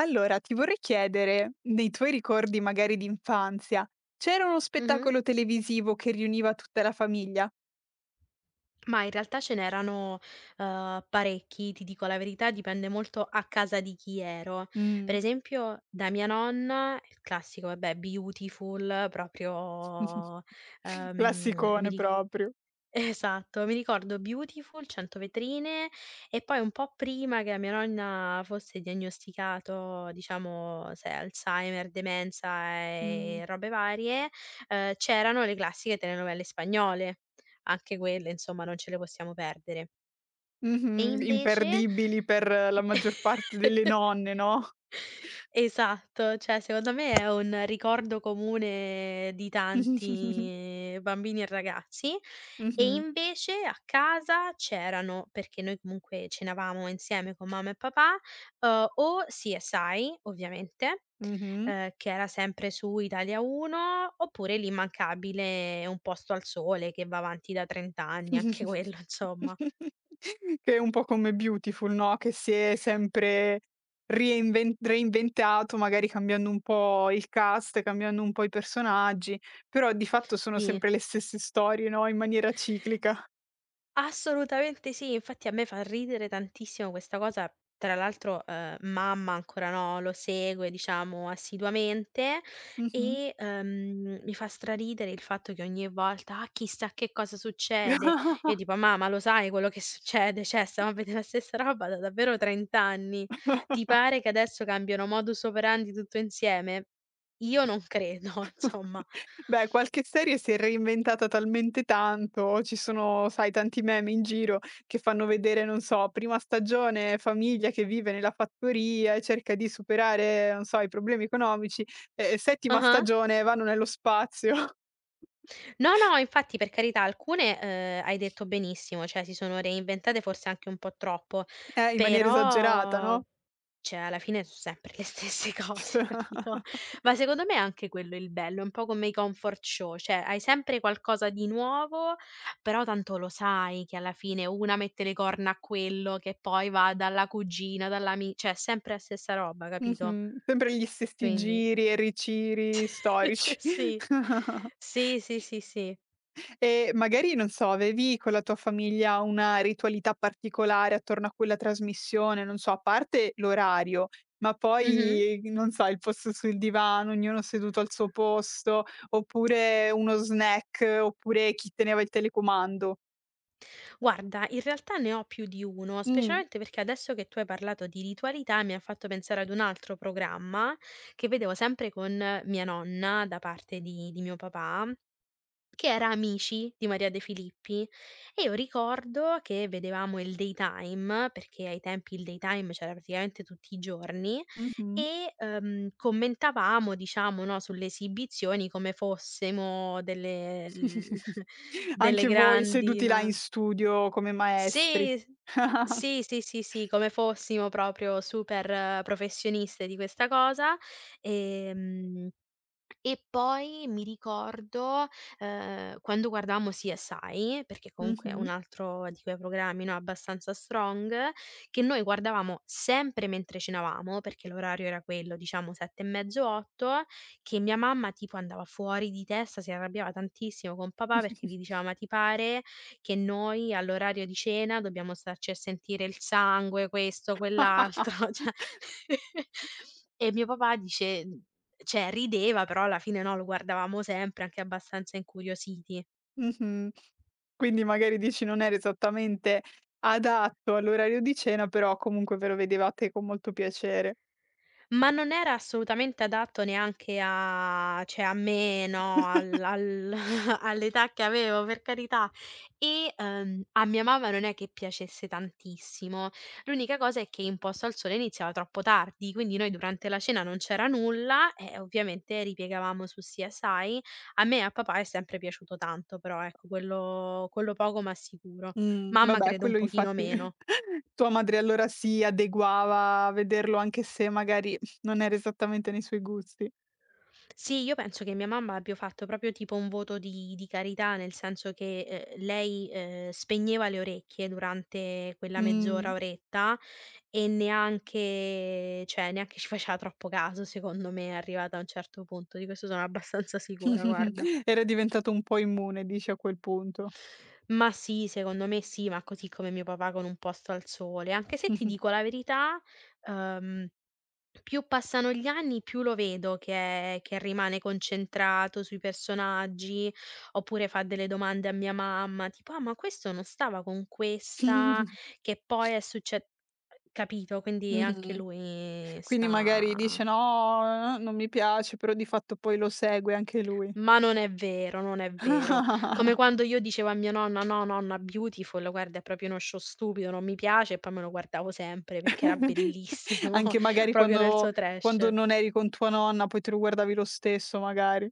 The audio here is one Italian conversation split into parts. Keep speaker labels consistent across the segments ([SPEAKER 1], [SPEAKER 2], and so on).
[SPEAKER 1] Allora, ti vorrei chiedere, nei tuoi ricordi magari di infanzia, c'era uno
[SPEAKER 2] Mh-mh.
[SPEAKER 1] spettacolo televisivo che riuniva tutta la famiglia?
[SPEAKER 2] Ma in realtà ce n'erano, parecchi, ti dico la verità, dipende molto a casa di chi ero. Per
[SPEAKER 1] Mh.
[SPEAKER 2] esempio da mia nonna, il classico vabbè Beautiful proprio, mi
[SPEAKER 1] Classicone
[SPEAKER 2] ri
[SPEAKER 1] proprio.
[SPEAKER 2] esatto, mi ricordo Beautiful, 100 vetrine e poi un po' prima che a mia nonna fosse diagnosticato, diciamo, sai, Alzheimer, demenza
[SPEAKER 1] Mh.
[SPEAKER 2] e robe varie, c'erano le classiche telenovelle spagnole. Anche quelle, insomma, non ce le possiamo perdere. E
[SPEAKER 1] Mh-mh.
[SPEAKER 2] invece
[SPEAKER 1] Imperdibili per la maggior parte delle nonne, no?
[SPEAKER 2] esatto, cioè secondo me è un ricordo comune di tanti bambini e ragazzi. E
[SPEAKER 1] Mh-mh.
[SPEAKER 2] invece a casa c'erano, perché noi comunque cenavamo insieme con mamma e papà, o CSI ovviamente,
[SPEAKER 1] Mh-mh.
[SPEAKER 2] che era sempre su Italia 1, oppure l'immancabile Un posto al sole che va avanti da 30 anni, anche quello insomma.
[SPEAKER 1] Che è un po' come Beautiful, no, che si è sempre rieinven reinventato, magari cambiando un po' il cast, cambiando un po' i personaggi, però di fatto sono
[SPEAKER 2] Sì.
[SPEAKER 1] sempre le stesse storie, no, in maniera ciclica.
[SPEAKER 2] Assolutamente sì, infatti a me fa ridere tantissimo questa cosa. Tra l'altro, mamma ancora no, lo segue diciamo assiduamente
[SPEAKER 1] Mh-mh.
[SPEAKER 2] e, mi fa straridere il fatto che ogni volta: "Ah, chissà che cosa succede". Io tipo: "Mamma, lo sai quello che succede? Cioè, stiamo a vedere la stessa roba da davvero 30 anni. Ti pare che adesso cambiano modus operandi tutto insieme? Io non credo, insomma".
[SPEAKER 1] Beh, qualche serie si è reinventata talmente tanto, ci sono, sai, tanti meme in giro che fanno vedere, non so, prima stagione famiglia che vive nella fattoria e cerca di superare, non so, i problemi economici, e settima
[SPEAKER 2] Ah-ah.
[SPEAKER 1] stagione vanno nello spazio.
[SPEAKER 2] No, no, infatti per carità alcune, hai detto benissimo, cioè si sono reinventate forse anche un po' troppo,
[SPEAKER 1] In maniera esagerata,
[SPEAKER 2] però
[SPEAKER 1] no?
[SPEAKER 2] cioè alla fine so' sempre le stesse cose, capito? Ma secondo me è anche quello il bello, è un po' come i comfort show, cioè hai sempre qualcosa di nuovo, però tanto lo sai che alla fine una mette le corna a quello, che poi va dalla cugina, dall'ami cioè è sempre la stessa roba, capito?
[SPEAKER 1] Mh-mh. Sempre gli stessi
[SPEAKER 2] Quindi
[SPEAKER 1] giri e riciri storici.
[SPEAKER 2] sì. Sì, sì, sì, sì.
[SPEAKER 1] E magari, non so, avevi con la tua famiglia una ritualità particolare attorno a quella trasmissione, non so, a parte l'orario, ma
[SPEAKER 2] Mh-mh.
[SPEAKER 1] poi, non so, il posto sul divano, ognuno seduto al suo posto, oppure uno snack, oppure chi teneva il telecomando.
[SPEAKER 2] Guarda, in realtà ne ho più di uno,
[SPEAKER 1] Mh,
[SPEAKER 2] specialmente perché adesso che tu hai parlato di ritualità mi ha fatto pensare ad un altro programma che vedevo sempre con mia nonna da parte di mio papà, che era Amici di Maria De Filippi. E io ricordo che vedevamo il daytime, perché ai tempi il daytime c'era praticamente tutti i giorni,
[SPEAKER 1] mh-mh.
[SPEAKER 2] e commentavamo, diciamo, no, sulle esibizioni come fossimo delle, delle
[SPEAKER 1] Anche voi
[SPEAKER 2] grandi,
[SPEAKER 1] seduti là in
[SPEAKER 2] no?
[SPEAKER 1] studio come maestri.
[SPEAKER 2] Sì, s sì, sì, sì, sì, come fossimo proprio super professioniste di questa cosa, ehm e poi mi ricordo, quando guardavamo CSI, perché comunque è un
[SPEAKER 1] Mh-mh.
[SPEAKER 2] altro di quei programmi, no, abbastanza strong, che noi guardavamo sempre mentre cenavamo, perché l'orario era quello, diciamo 7 e mezzo, 8, che mia mamma tipo andava fuori di testa, si arrabbiava tantissimo con papà perché gli diceva: "Ma ti pare che noi all'orario di cena dobbiamo starci a sentire il sangue, questo, quell'altro?" Cioè e mio papà dice cioè rideva, però alla fine no, lo guardavamo sempre anche abbastanza incuriositi.
[SPEAKER 1] Mh-mh. Quindi magari dici non era esattamente adatto all'orario di cena, però comunque ve lo vedevate con molto piacere.
[SPEAKER 2] Ma non era assolutamente adatto neanche a cioè a me, no, al all'età che avevo, per carità. E, a mia mamma non è che piacesse tantissimo. L'unica cosa è che In Posto al Sole iniziava troppo tardi, quindi noi durante la cena non c'era nulla e ovviamente ripiegavamo su CSI. A me e a papà è sempre piaciuto tanto però, ecco, quello poco ma sicuro. Mamma
[SPEAKER 1] Vabbè
[SPEAKER 2] credo un
[SPEAKER 1] quello
[SPEAKER 2] pochino
[SPEAKER 1] infatti
[SPEAKER 2] meno.
[SPEAKER 1] tua madre allora si adeguava a vederlo anche se magari non era esattamente nei suoi gusti.
[SPEAKER 2] Sì, io penso che mia mamma abbia fatto proprio tipo un voto di carità, nel senso che, lei, spegneva le orecchie durante quella mezz'ora,
[SPEAKER 1] Mh.
[SPEAKER 2] oretta e neanche cioè, neanche ci faceva troppo caso, secondo me, arrivata a un certo punto. Di questo sono abbastanza sicura, guarda.
[SPEAKER 1] Era diventato un po' immune dici a quel punto.
[SPEAKER 2] Ma sì, secondo me sì, ma così come mio papà con "Un posto al sole", anche se ti dico la verità, uhm più passano gli anni, più lo vedo che rimane concentrato sui personaggi, oppure fa delle domande a mia mamma, tipo: "Ah, ma questo non stava con questa, che poi è succe" capito? Quindi anche
[SPEAKER 1] Mh-mh.
[SPEAKER 2] lui
[SPEAKER 1] Quindi magari
[SPEAKER 2] sta
[SPEAKER 1] dice: "No, non mi piace", però di fatto poi lo segue anche lui.
[SPEAKER 2] ma non è vero, non è vero. Come quando io dicevo a mia nonna: "No, nonna, Beautiful, guarda, è proprio uno show stupido, non mi piace", e poi me lo guardavo sempre perché era bellissimo,
[SPEAKER 1] Anche magari
[SPEAKER 2] proprio nel
[SPEAKER 1] quando
[SPEAKER 2] suo
[SPEAKER 1] quando
[SPEAKER 2] trash.
[SPEAKER 1] non eri con tua nonna, poi te lo guardavi lo stesso magari.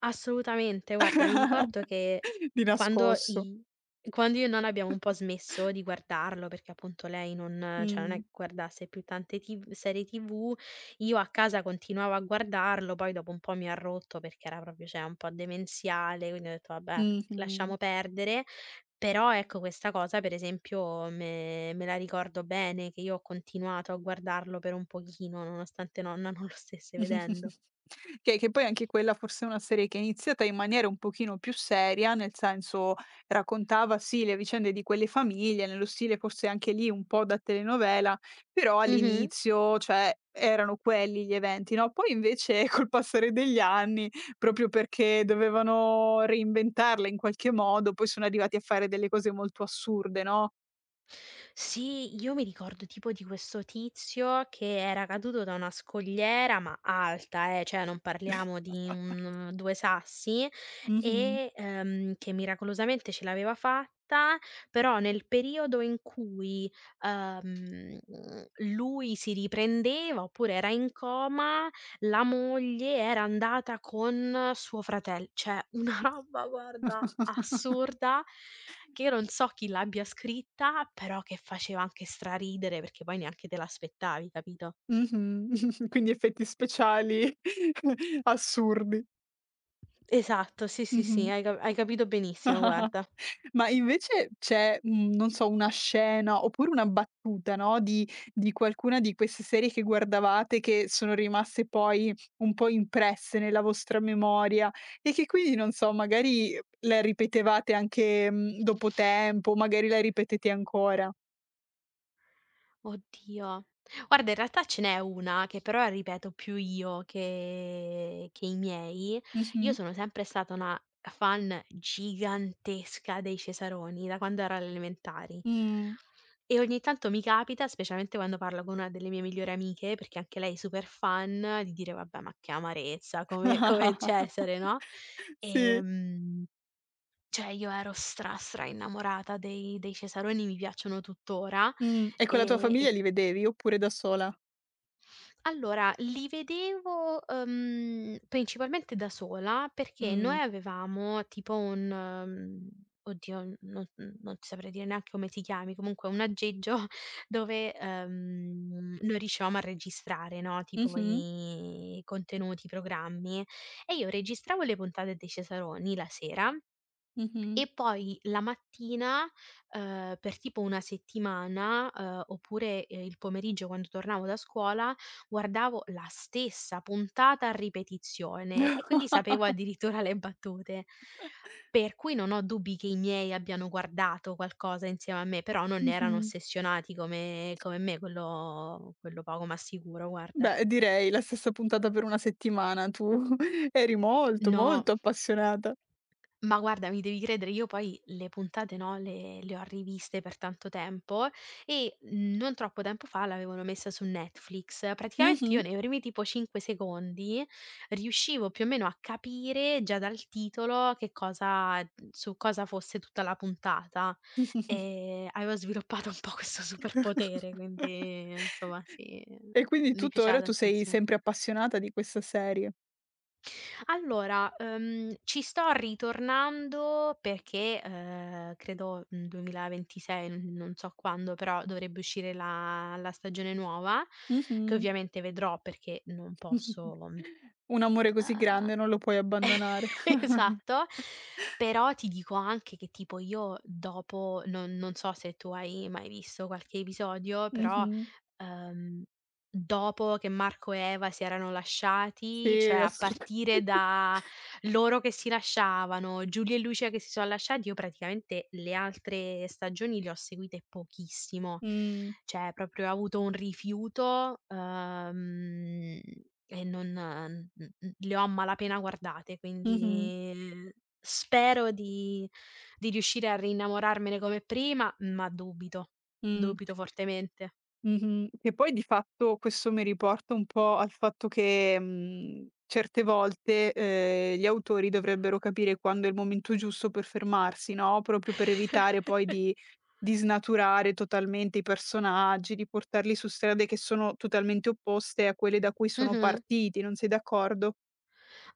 [SPEAKER 2] Assolutamente, guarda, mi ricordo che
[SPEAKER 1] Di
[SPEAKER 2] quando
[SPEAKER 1] nascosto.
[SPEAKER 2] i quando io e nonna abbiamo un po' smesso di guardarlo, perché appunto lei non cioè non è
[SPEAKER 1] Mh.
[SPEAKER 2] che guardasse più tante TV serie TV, io a casa continuavo a guardarlo, poi dopo un po' mi ha rotto perché era proprio cioè un po' demenziale, quindi ho detto: "Vabbè,
[SPEAKER 1] Mh-mh.
[SPEAKER 2] lasciamo perdere". Però ecco questa cosa per esempio me la ricordo bene, che io ho continuato a guardarlo per un pochino, nonostante nonna non lo stesse vedendo.
[SPEAKER 1] Che poi anche quella forse è una serie che è iniziata in maniera un pochino più seria, nel senso raccontava sì le vicende di quelle famiglie, nello stile forse anche lì un po' da telenovela, però
[SPEAKER 2] Mh-mh.
[SPEAKER 1] all'inizio, cioè, erano quelli gli eventi, no, poi invece col passare degli anni, proprio perché dovevano reinventarla in qualche modo, poi sono arrivati a fare delle cose molto assurde, no?
[SPEAKER 2] Sì, io mi ricordo tipo di questo tizio che era caduto da una scogliera, ma alta, cioè non parliamo di un 2 sassi
[SPEAKER 1] Mh-mh.
[SPEAKER 2] e, che miracolosamente ce l'aveva fatta, però nel periodo in cui, ehm, lui si riprendeva oppure era in coma, la moglie era andata con suo fratel cioè una roba guarda assurda che io non so chi l'abbia scritta, però che faceva anche straridere perché poi neanche te l'aspettavi, capito?
[SPEAKER 1] Mh-mh. Quindi effetti speciali assurdi.
[SPEAKER 2] Esatto, sì, sì, sì,
[SPEAKER 1] Mh-mh.
[SPEAKER 2] hai capito benissimo, guarda.
[SPEAKER 1] Ma invece c'è, non so, una scena oppure una battuta, no, di qualcuna di queste serie che guardavate che sono rimaste poi un po' impresse nella vostra memoria e che quindi, non so, magari la ripetevate anche, dopo tempo, magari la ripetete ancora.
[SPEAKER 2] Oddio. Guarda, in realtà ce n'è una che però ripeto più io che i miei. Io
[SPEAKER 1] Mh-mh.
[SPEAKER 2] sono sempre stata una fan gigantesca dei Cesaroni da quando ero alle elementari
[SPEAKER 1] Mh.
[SPEAKER 2] e ogni tanto mi capita, specialmente quando parlo con una delle mie migliori amiche, perché anche lei è super fan, di dire: "Vabbè, ma che amarezza, come Cesare", no,
[SPEAKER 1] Sì.
[SPEAKER 2] ehm, cioè io ero stra innamorata dei Cesaroni, mi piacciono tuttora,
[SPEAKER 1] E con la tua
[SPEAKER 2] ehm,
[SPEAKER 1] famiglia
[SPEAKER 2] e
[SPEAKER 1] li vedevi oppure da sola?
[SPEAKER 2] allora, li vedevo, principalmente da sola, perché
[SPEAKER 1] Mh.
[SPEAKER 2] noi avevamo tipo un oddio, n non non ti saprei dire neanche come si chiami, comunque un aggeggio dove, noi riuscivamo a registrare, no, tipo
[SPEAKER 1] Mh-mh,
[SPEAKER 2] i contenuti, i programmi, e io registravo le puntate dei Cesaroni la sera
[SPEAKER 1] mh-mh.
[SPEAKER 2] e poi la mattina, per tipo 1 settimana, oppure, il pomeriggio quando tornavo da scuola, guardavo la stessa puntata a ripetizione e quindi sapevo addirittura le battute. Per cui non ho dubbi che i miei abbiano guardato qualcosa insieme a me, però non erano
[SPEAKER 1] Mh-mh.
[SPEAKER 2] ossessionati come me, quello poco ma sicuro, guarda.
[SPEAKER 1] Beh, direi la stessa puntata per una settimana. Tu eri molto,
[SPEAKER 2] No.
[SPEAKER 1] molto appassionata.
[SPEAKER 2] Ma guarda, mi devi credere, io poi le puntate, no, le ho riviste per tanto tempo e non troppo tempo fa l'avevano messa su Netflix. Praticamente io
[SPEAKER 1] Mh-mh.
[SPEAKER 2] nei primi tipo 5 secondi riuscivo più o meno a capire già dal titolo che cosa su cosa fosse tutta la puntata. Avevo sviluppato un po' questo superpotere, quindi insomma sì,
[SPEAKER 1] E quindi
[SPEAKER 2] mi piaceva
[SPEAKER 1] tuttora tu sei
[SPEAKER 2] tantissimo.
[SPEAKER 1] sempre appassionata di questa serie.
[SPEAKER 2] Allora, ci sto ritornando perché, credo, 2026, n non so quando, però dovrebbe uscire la stagione nuova, che
[SPEAKER 1] Mh-mh.
[SPEAKER 2] ovviamente vedrò perché non posso,
[SPEAKER 1] Un amore così
[SPEAKER 2] uhm
[SPEAKER 1] grande non lo puoi abbandonare.
[SPEAKER 2] esatto, però ti dico anche che tipo io dopo non so se tu hai mai visto qualche episodio, però,
[SPEAKER 1] Mh-mh.
[SPEAKER 2] ehm, dopo che Marco e Eva si erano lasciati, cioè
[SPEAKER 1] Sì,
[SPEAKER 2] a
[SPEAKER 1] assolut
[SPEAKER 2] partire da loro che si lasciavano, Giulia e Lucia che si sono lasciati, io praticamente le altre stagioni le ho seguite pochissimo.
[SPEAKER 1] mh.
[SPEAKER 2] Cioè proprio ho avuto un rifiuto, e non mhmm, le ho a malapena guardate,
[SPEAKER 1] Mh-mh.
[SPEAKER 2] quindi spero di riuscire a rinnamorarmene come prima, ma dubito,
[SPEAKER 1] Mh.
[SPEAKER 2] dubito fortemente.
[SPEAKER 1] Mh-mh. Che poi di fatto questo mi riporta un po' al fatto che, certe volte, gli autori dovrebbero capire quando è il momento giusto per fermarsi, no, proprio per evitare poi di snaturare totalmente i personaggi, di portarli su strade che sono totalmente opposte a quelle da cui sono
[SPEAKER 2] Mh-mh.
[SPEAKER 1] partiti, non sei d'accordo?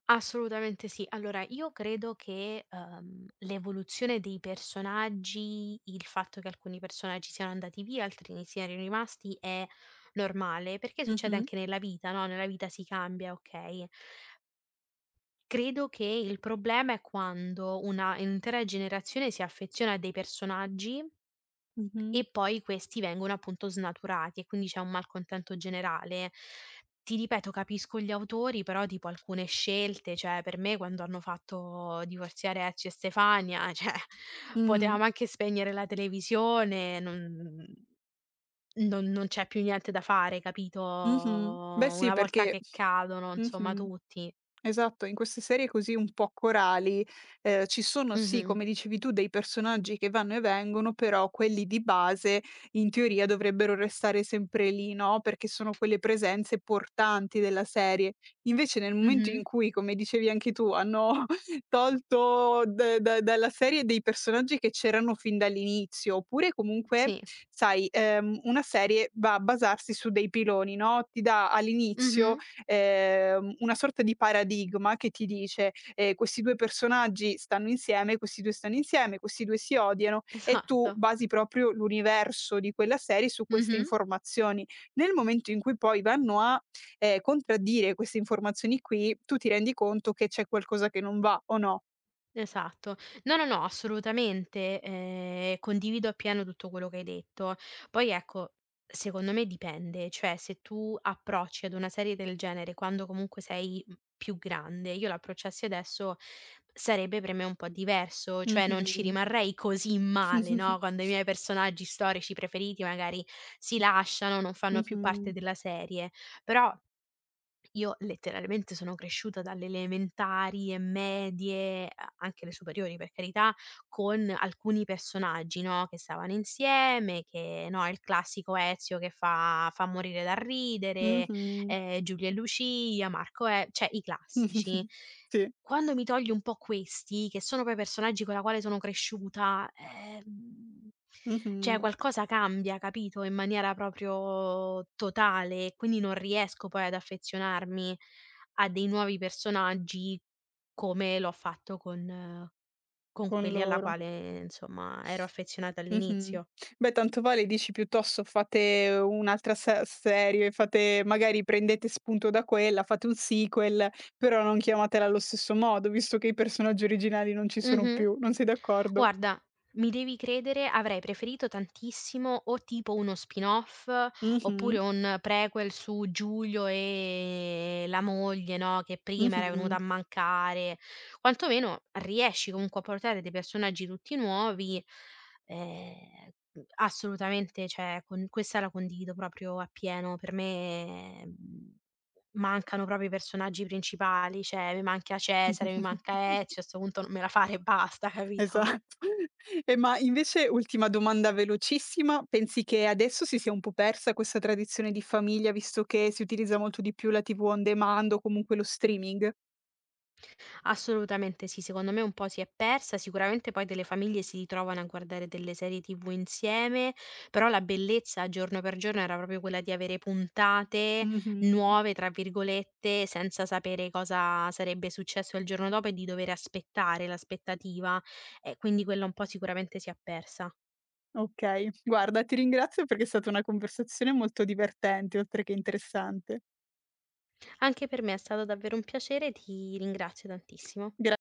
[SPEAKER 2] Assolutamente sì. Allora io credo che, l'evoluzione dei personaggi, il fatto che alcuni personaggi siano andati via, altri ne siano rimasti è normale, perché succede
[SPEAKER 1] Mh-mh,
[SPEAKER 2] anche nella vita, no, nella vita si cambia, okay. Credo che il problema è quando una un'intera generazione si affeziona a dei personaggi
[SPEAKER 1] mh-mh.
[SPEAKER 2] e poi questi vengono appunto snaturati e quindi c'è un malcontento generale. Ti ripeto, capisco gli autori, però tipo alcune scelte, cioè per me quando hanno fatto divorziare Ezio e Stefania, cioè
[SPEAKER 1] Mh,
[SPEAKER 2] potevamo anche spegnere la televisione, non c'è più niente da fare, capito,
[SPEAKER 1] mh-mh. Beh sì
[SPEAKER 2] una volta
[SPEAKER 1] perché
[SPEAKER 2] che cadono insomma
[SPEAKER 1] mh-mh.
[SPEAKER 2] tutti.
[SPEAKER 1] Esatto, in queste serie così un po' corali, ci sono sì,
[SPEAKER 2] Mh-mh.
[SPEAKER 1] come dicevi tu, dei personaggi che vanno e vengono, però quelli di base in teoria dovrebbero restare sempre lì, no, perché sono quelle presenze portanti della serie. Invece nel momento
[SPEAKER 2] Mh-mh.
[SPEAKER 1] in cui, come dicevi anche tu, hanno tolto d da dalla serie dei personaggi che c'erano fin dall'inizio, oppure comunque
[SPEAKER 2] Sì.
[SPEAKER 1] sai, una serie va a basarsi su dei piloni, no, ti dà all'inizio
[SPEAKER 2] Mh-mh.
[SPEAKER 1] una sorta di paradigma che ti dice, "Questi 2 personaggi stanno insieme, questi 2 stanno insieme, questi 2 si odiano", e tu
[SPEAKER 2] Esatto.
[SPEAKER 1] basi proprio l'universo di quella serie su queste
[SPEAKER 2] Mh-mh.
[SPEAKER 1] informazioni. Nel momento in cui poi vanno a, contraddire queste informazioni qui, tu ti rendi conto che c'è qualcosa che non va, o no?
[SPEAKER 2] Esatto. No, no, no, assolutamente, condivido appieno tutto quello che hai detto. Poi ecco, secondo me dipende, cioè se tu approcci ad una serie del genere quando comunque sei, più grande, io l'approcciassi adesso sarebbe per me un po' diverso, cioè non ci
[SPEAKER 1] Mh-mh.
[SPEAKER 2] rimarrei così male, no, quando i miei personaggi storici preferiti magari si lasciano, non fanno
[SPEAKER 1] Mh-mh.
[SPEAKER 2] più parte
[SPEAKER 1] Mh-mh.
[SPEAKER 2] della serie, però io letteralmente sono cresciuta dalle elementari e medie, a anche le superiori per carità, con alcuni personaggi, no, che stavano insieme, che no, il classico Ezio che fa morire da ridere,
[SPEAKER 1] Mh-mh.
[SPEAKER 2] Giulia e Lucia, Marco e cioè i classici.
[SPEAKER 1] Sì.
[SPEAKER 2] Quando mi togli un po' questi, che sono poi personaggi con la quale sono cresciuta, cioè
[SPEAKER 1] Mh-mh.
[SPEAKER 2] qualcosa cambia, capito, in maniera proprio totale e quindi non riesco poi ad affezionarmi a dei nuovi personaggi come l'ho fatto con
[SPEAKER 1] Con
[SPEAKER 2] quelli alla
[SPEAKER 1] loro.
[SPEAKER 2] quale, insomma, ero affezionata
[SPEAKER 1] Mh-mh.
[SPEAKER 2] all'inizio.
[SPEAKER 1] Beh, tanto vale dici piuttosto fate un'altra se serie, fate magari prendete spunto da quella, fate un sequel, però non chiamatela allo stesso modo, visto che i personaggi originali non ci sono
[SPEAKER 2] Mh-mh.
[SPEAKER 1] più. Non sei d'accordo?
[SPEAKER 2] Guarda, mi devi credere, avrei preferito tantissimo o tipo uno spin-off, oppure
[SPEAKER 1] Mh-mh,
[SPEAKER 2] un prequel su Giulio e la moglie, no, che prima era venuta
[SPEAKER 1] mh-mh.
[SPEAKER 2] a mancare. Quantomeno riesci comunque a portare dei personaggi tutti nuovi, ehm, assolutamente, cioè con questa la condivido proprio appieno. Per me, mancano proprio i personaggi principali, cioè mi manca Cesare, mi manca Ezio, a 'sto punto non me la fare e basta, capito?
[SPEAKER 1] Esatto. E ma invece ultima domanda velocissima, pensi che adesso si sia un po' persa questa tradizione di famiglia, visto che si utilizza molto di più la TV on demand o comunque lo streaming?
[SPEAKER 2] Assolutamente sì, secondo me un po' si è persa, sicuramente poi delle famiglie si ritrovano a guardare delle serie TV insieme, però la bellezza giorno per giorno era proprio quella di avere puntate
[SPEAKER 1] Mh-mh.
[SPEAKER 2] "nuove" tra virgolette, senza sapere cosa sarebbe successo il giorno dopo e di dover aspettare, l'aspettativa, e quindi quella un po' sicuramente si è persa.
[SPEAKER 1] Okay, guarda ti ringrazio perché è stata una conversazione molto divertente, oltre che interessante.
[SPEAKER 2] Anche per me è stato davvero un piacere, ti ringrazio tantissimo.
[SPEAKER 1] Gra